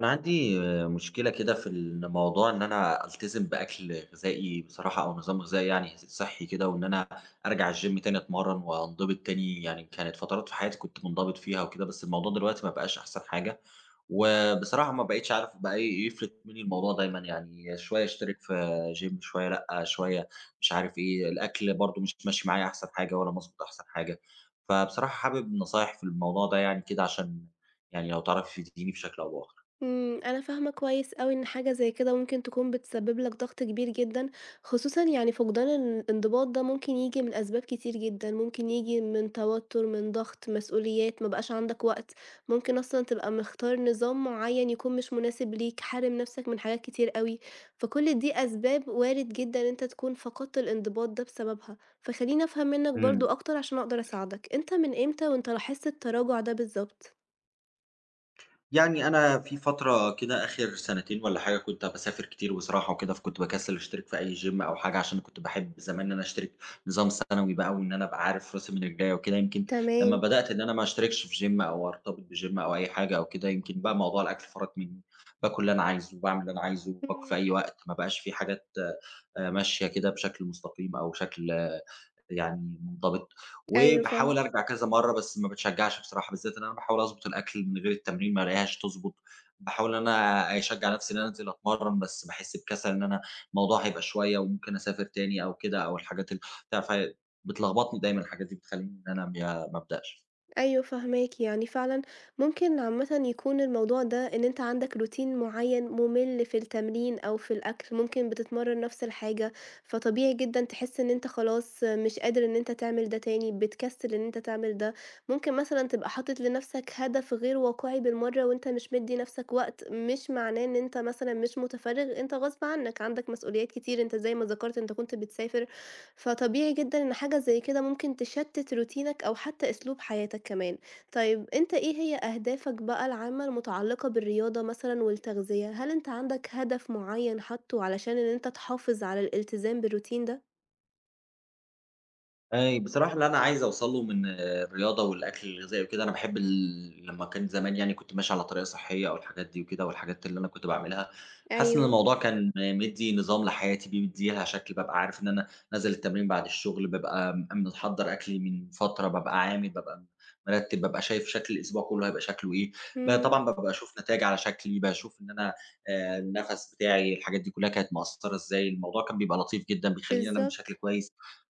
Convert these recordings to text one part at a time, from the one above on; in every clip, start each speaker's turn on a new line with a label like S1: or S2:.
S1: أنا عندي مشكلة كده في الموضوع إن أنا ألتزم بأكل غذائي بصراحة أو نظام غذائي يعني صحّي كده، وإن أنا أرجع الgym تاني أتمرّن وأنضبط تاني، يعني كانت فترات في حياتي كنت منضبط فيها وكده، بس الموضوع دلوقتي ما بقاش أحسن حاجة، وبصراحة ما بقيتش عارف بقى إيه يفلت منّي الموضوع دايمًا، يعني شوية أشترك في gym شوية لأ، شوية مش عارف إيه، الأكل برضه مش ماشي معايا أحسن حاجة ولا مضبوط أحسن حاجة، فبصراحة حابب نصايح في الموضوع ده يعني كده عشان يعني لو تعرفي تفيديني بشكل أو بآخر.
S2: أنا فاهمة كويس أوي إن حاجة زي كده ممكن تكون بتسبب لك ضغط كبير جدًا، خصوصًا يعني فقدان الانضباط ده ممكن ييجي من أسباب كتير جدًا، ممكن ييجي من توتر، من ضغط، مسؤوليات، ما بقاش عندك وقت، ممكن أصلًا تبقى مختار نظام معيّن يكون مش مناسب ليك، حارم نفسك من حاجات كتير أوي، فكل دي أسباب وارد جدًا إن أنت تكون فقدت الانضباط ده بسببها، فخلّيني أفهم منك
S1: إمم.
S2: برضه أكتر عشان أقدر أساعدك، أنت من إمتى وأنت لاحظت التراجع ده بالضبط؟
S1: يعني أنا في فترة كده آخر سنتين والّا حاجة كنت باسافر كتير بصراحة وكده، فكنت باكسّل أشترك في أي gym أو حاجة عشان كنت باحب زمان إن أنا أشترك نظام سنوي بقى وإن أنا أبقى عارف راسي من رجليّا وكده. يمكن لمّا
S2: تمام.
S1: بدأت إن أنا ما أشتركش في gym أو أرتبط بgym أو أي حاجة أو كده، يمكن بقى موضوع الأكل فَرَط منّي، باكل اللي أنا عايزه وباعمل اللي أنا عايزه وباكل في
S2: إمم.
S1: أي وقت، ما بقاش في حاجات ماشية كده بشكل مستقيم أو بشكل يعني منضبط،
S2: أيوه
S1: وباحاول
S2: فاهمة.
S1: أرجع كذا مرّة بس ما باتشجّعش بصراحة، بالذات إن أنا باحاول أضبط الأكل من غير التمرين ما ألاقيهاش تضبط، باحاول إن أنا أشجّع نَفْسي إن أنا أنزل أتمرّن بس باحس بكسل إن أنا الموضوع هيبقى شوية وممكن أسافر تاني أو كده أو الحاجات بتاع، فبتلخبطني دايمًا الحاجات دي بتخلّيني إن أنا ما أبدأش.
S2: أيوه فاهماكِ، يعني فعلًا ممكن عامةً يكون الموضوع ده إن أنت عندك routine معيّن مُمِل في التمرين أو في الأكل، ممكن بتتمرّن نفس الحاجة، فطبيعي جدًا تحس إن أنت خلاص مش قادر إن أنت تعمل ده تاني، بتكسّل إن أنت تعمل ده، ممكن مثلًا تبقى حاطط لنفسك هدف غير واقعي بالمرّة وأنت مش مدّي نفسك وقت، مش معناه إن أنت مثلًا مش متفرّغ، أنت غصب عنك، عندك مسؤوليات كتير، أنت زي ما ذكرت أنت كنت بتسافر، فطبيعي جدًا إن حاجة زي كده ممكن تشتت روتينك أو حتى أسلوب حياتك كمان. طيب أنت إيه هي أهدافك بقى العامة المتعلقة بالرياضة مثلًا والتغذية؟ هل أنت عندك هدف معين حاطّه علشان إن أنت تحافظ على الالتزام بالروتين ده؟
S1: أي بصراحة اللي أنا عايز أوصل له من الرياضة والأكل الغذائي وكده، أنا باحب لمّا كان زمان يعني كنت ماشي على طريقة صحية أو الحاجات دي وكده، والحاجات اللي أنا كنت باعملها، حاسس إن
S2: أيوه.
S1: الموضوع كان مدّي نظام لحياتي، بيدّيها شكل، بابقى عارف إن أنا نازل التمرين بعد الشغل، بابقى مِحضّر أكلي من فترة، بابقى عامل، بابقى مرتّب، بابقى شايف شكل الأسبوع كله هيبقى شكله إيه،
S2: إمم.
S1: طبعًا بابقى أشوف نتايج على شكلي، باشوف إن أنا النَفَس بتاعي، الحاجات دي كلّها كانت مأثّرة إزاي، الموضوع كان بيبقى لطيف جدًا، بيخلّيني أنام بشكل
S2: بالضبط.
S1: كويس.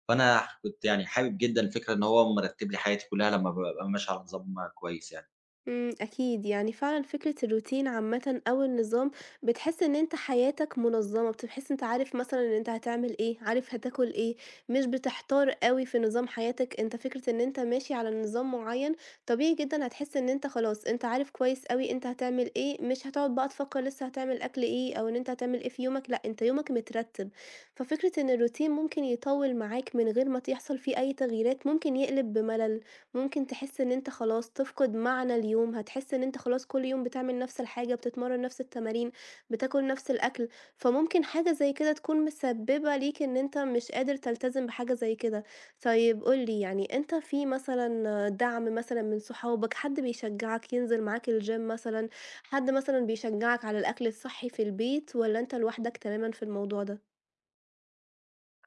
S1: فأنا كنت يعني حابب جدًا الفكرة إن هو مرتّب لي حياتي كلّها لمّا بابقى ماشي على نظام كويس يعني.
S2: أكيد، يعني فعلًا فكرة الروتين عامةً أو النظام، بتحس إن أنت حياتك منظمة، بتحس أنت عارف مثلًا إن أنت هتعمل إيه، عارف هتاكل إيه، مش بتحتار أوي في نظام حياتك، أنت فكرة إن أنت ماشي على نظام معين، طبيعي جدًا هتحس إن أنت خلاص، أنت عارف كويس أوي أنت هتعمل إيه، مش هتقعد بقى تفكر لسه هتعمل أكل إيه، أو إن أنت هتعمل إيه في يومك، لأ، أنت يومك مترتب، ففكرة إن الروتين ممكن يطوّل معاك من غير ما يحصل فيه أي تغييرات، ممكن يقلب بملل. ممكن تحس إن أنت خلاص تفقد معنى اليوم، هتحس إن أنت خلاص كل يوم بتعمل نفس الحاجة، بتتمرّن نفس التمارين، بتاكل نفس الأكل، فممكن حاجة زي كده تكون مسببة ليك إن أنت مش قادر تلتزم بحاجة زي كده. طيب قُل لي يعني أنت في مثلًا دعم مثلًا من صحابك، حد بيشجعك ينزل معاك الgym مثلًا، حد مثلًا بيشجعك على الأكل الصحّي في البيت، والّا أنت لوحدك تمامًا في الموضوع ده؟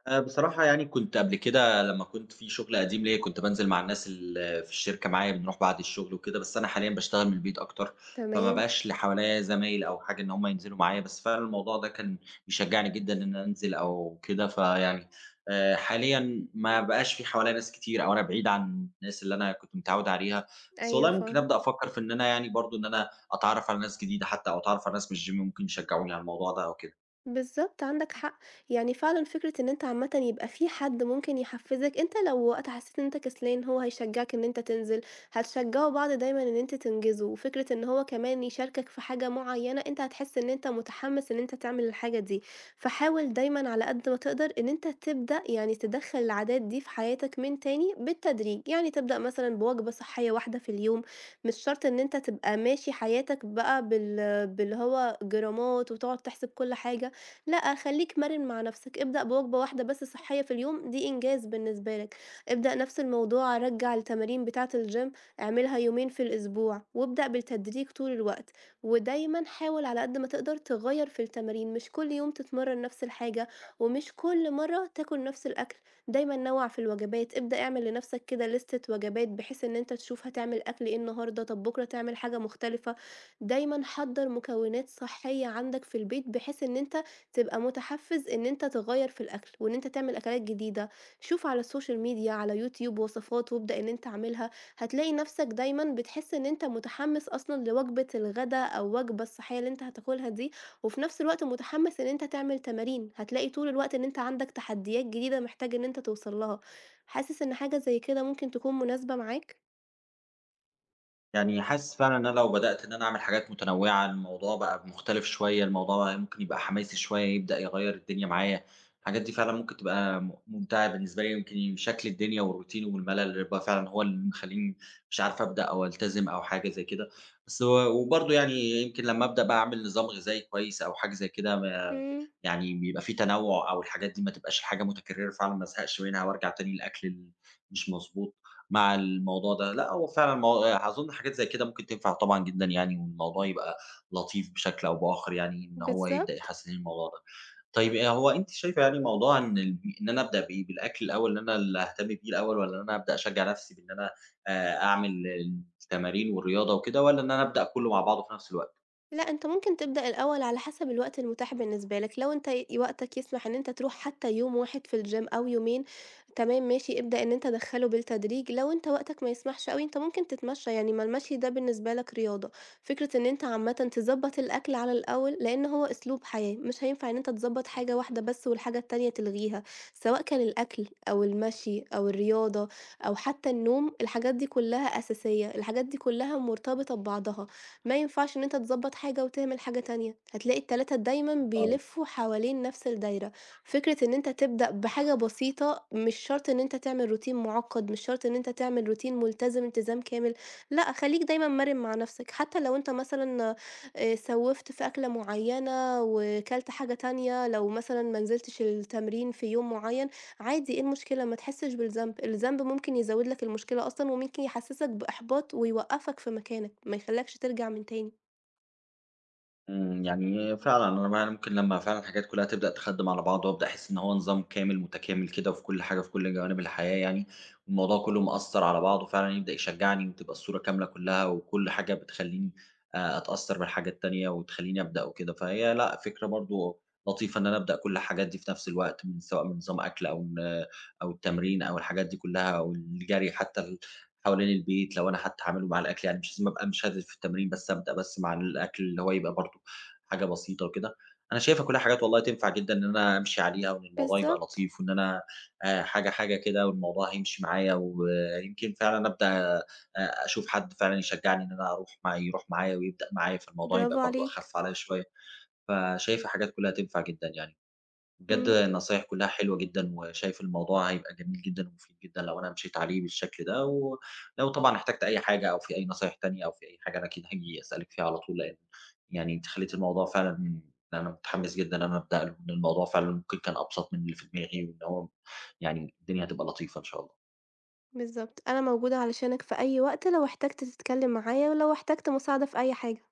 S1: بصراحة يعني كنت قبل كده لمّا كنت في شغل قديم ليّا كنت بانزل مع الناس اللي في الشركة معايا بنروح بعد الشغل وكده، بس أنا حاليًا باشتغل من البيت أكتر، فما
S2: تمام.
S1: بقاش لي حواليّا زمايل أو حاجة إن هم ينزلوا معايا، بس فعلًا الموضوع ده كان بيشجعني جدًا إن أنا أنزل أو كده، فيعني حاليًا ما بقاش في حواليّا ناس كتير أو أنا بعيد عن الناس اللي أنا كنت متعود عليها، بس
S2: أيوه
S1: والله ممكن
S2: فاهمة.
S1: أبدأ أفكّر في إن أنا يعني برضه إن أنا أتعرّف على ناس جديدة حتى أو أتعرّف على ناس من الgym ممكن يشجعوني على الموضوع ده أو كده.
S2: بالضبط، عندك حق، يعني فعلًا فكرة إن أنت عامةً يبقى في حد ممكن يحفّزك، أنت لو وقت حسّيت إن أنت كسلان هو هيشجّعك إن أنت تنزل، هتشجّعوا بعض دايمًا إن أنتوا تنجزوا، وفكرة إن هو كمان يشاركك في حاجة معيّنة أنت هتحس إن أنت متحمّس إن أنت تعمل الحاجة دي، فحاول دايمًا على قد ما تقدر إن أنت تبدأ يعني تدخّل العادات دي في حياتك من تاني بالتدريج، يعني تبدأ مثلًا بوجبة صحية واحدة في اليوم، مش شرط إن أنت تبقى ماشي حياتك بقى باللي هو جرامات وتقعد تحسب كل حاجة. لأ، خلّيك مرِن مع نَفْسك، ابدأ بوجبة واحدة بس صحّية في اليوم، دي إنجاز بالنسبة لك، ابدأ نَفْس الموضوع رجّع التمارين بتاعة الgym اعملها يومين في الأسبوع، وابدأ بالتدريج طول الوقت، ودايمًا حاول على قد ما تقدر تغيّر في التمارين، مش كل يوم تتمرّن نَفْس الحاجة، ومش كل مرّة تاكل نَفْس الأكل، دايمًا نوّع في الوجبات، ابدأ اعمل لنَفْسك كده لِستة وجبات بحيث إن أنت تشوف هتعمل أكل إيه النهارده، طَب بُكرة تعمل حاجة مختلفة، دايمًا حضّر مكونات صحّية عندك في البيت بحيث إن أنت تبقى متحفّز إن أنت تغيّر في الأكل، وإن أنت تعمل أكلات جديدة، شوف على السوشيال ميديا، على يوتيوب وصفات وابدأ إن أنت اعملها، هتلاقي نَفْسك دايمًا بتحس إن أنت متحمّس أصلًا لوجبة الغدا أو الوجبة الصحية اللي أنت هتاكلها دي، وفي نَفْس الوقت متحمّس إن أنت تعمل تمارين، هتلاقي طول الوقت إن أنت عندك تحديات جديدة محتاج إن أنت توصل لها، حاسس إن حاجة زي كده ممكن تكون مناسبة معاك؟
S1: يعني حاسس فعلًا إن أنا لو بدأت إن أنا أعمل حاجات متنوعة، الموضوع بقى مختلف شوية، الموضوع بقى ممكن يبقى حماسي شوية، يبدأ يغيّر الدنيا معايا، الحاجات دي فعلًا ممكن تبقى ممتعة بالنسبة لي، يمكن شكل الدنيا والروتين والملل اللي بيبقى فعلًا هو اللي مخلّيني مش عارف أبدأ أو ألتزم أو حاجة زي كده، بس وبرضه يعني يمكن لمّا أبدأ بقى أعمل نظام غذائي كويس أو حاجة زي كده ما
S2: إمم.
S1: يعني بيبقى في تنوُع أو الحاجات دي ما تبقاش حاجة متكررة فعلًا ما ازهقش منها وارجع تاني للأكل ال مش مضبوط. مع الموضوع ده، لأ هو فعلًا مو أظن حاجات زي كده ممكن تنفع طبعًا جدًا يعني، والموضوع يبقى لطيف بشكل أو بآخر يعني، إن هو يبدأ
S2: بالضبط.
S1: يحسّن الموضوع ده. طيب هو أنتِ شايفة يعني موضوع إن إن أنا أبدأ بإيه، بالأكل الأول إن أنا اللي أهتم بيه الأول، والّا إن أنا أبدأ أشجّع نفسي بإن أنا أعمل التمارين والرياضة وكده، والّا إن أنا أبدأ كلّه مع بعضه في نفس الوقت؟
S2: لأ، أنت ممكن تبدأ الأول على حسب الوقت المتاح بالنسبة لك، لو أنت وقتك يسمح إن أنت تروح حتى يوم واحد في الgym أو يومين، تمام ماشي، ابدأ إن أنت دخّله بالتدريج، لو أنت وقتك ما يسمحش أوي، أنت ممكن تتمشى، يعني ما المشي ده بالنسبة لك رياضة، فكرة إن أنت عامةً تضبّط الأكل على الأول، لإن هو أسلوب حياة، مش هينفع إن أنت تضبّط حاجة واحدة بس والحاجة التانية تلغيها، سواء كان الأكل أو المشي أو الرياضة أو حتى النوم، الحاجات دي كلها أساسية، الحاجات دي كلها مرتبطة ببعضها. ما ينفعش إن أنت تضبّط حاجة وتهمل حاجة تانية، هتلاقي ال3 دايمًا
S1: آه.
S2: بيلفّوا حوالين نفس الدايرة، فكرة إن أنت تبدأ بحاجة بسيطة مش شرط إن أنت تعمل روتين معقّد، مش شرط إن أنت تعمل روتين ملتزم التزام كامل، لأ خلّيك دايمًا مرِن مع نفسك، حتى لو أنت مثلًا سوّفت في أكلة معيّنة وكلت حاجة تانية، لو مثلًا ما نزلتش التمرين في يوم معيّن عادي إيه المشكلة، ما تحسّش بالذنب، الذنب ممكن يزوّد لك المشكلة أصلًا وممكن يحسّسك بإحباط ويوقّفك في مكانك، ما يخلّيكش ترجع من تاني.
S1: يعني فعلًا أنا بقى ممكن لمّا فعلًا الحاجات كلّها تبدأ تخدّم على بعض، وأبدأ أحس إن هو نظام كامل متكامل كده في كل حاجة، في كل جوانب الحياة يعني، والموضوع كلّه مأثّر على بعضه فعلًا يبدأ يشجّعني، وتبقى الصورة كاملة كلّها، وكل حاجة بتخلّيني أتأثّر بالحاجة التانية، وتخلّيني أبدأ وكده، فهي لأ فكرة برضه لطيفة إن أنا أبدأ كل الحاجات دي في نفس الوقت، من سواء من نظام أكل أو أو التمرين أو الحاجات دي كلّها، أو الجري حتى حوالين البيت لو أنا حتى هاعمله مع الأكل، يعني مش لازم أبقى مشدّد في التمرين، بس أبدأ بس مع الأكل اللي هو يبقى برضه حاجة بسيطة وكده، أنا شايفها كلّها حاجات والله تنفع جدًا إن أنا أمشي عليها وإن الموضوع يبقى
S2: بالضبط،
S1: لطيف وإن أنا حاجة، حاجة كده والموضوع هيمشي معايا ويمكن فعلًا أبدأ آآ أشوف حد فعلًا يشجّعني إن أنا أروح يروح معايا ويبدأ معايا، فالموضوع
S2: برافو
S1: يبقى برضه
S2: عليك.
S1: أخَف عليّا شوية، فشايفها حاجات كلّها تنفع جدًا يعني. بجد
S2: إمم،
S1: النصايح كلها حلوة جدًا، وشايف الموضوع هيبقى جميل جدًا ومفيد جدًا لو أنا مشيت عليه بالشكل ده، ولو طبعًا احتجت أي حاجة أو في أي نصايح تانية أو في أي حاجة أنا أكيد هاجي أسألِك فيها على طول، لإن يعني أنتِ خلّيتِ الموضوع فعلًا إن أنا متحمس جدًا إن أنا أبدأ له، إن الموضوع فعلًا ممكن كان أبسط من اللي في دماغي، وإن هو يعني الدنيا هتبقى لطيفة إن شاء الله.
S2: بالضبط، أنا موجودة علشانك في أي وقت لو احتجت تتكلّم معايا ولو احتجت مساعدة في أي حاجة.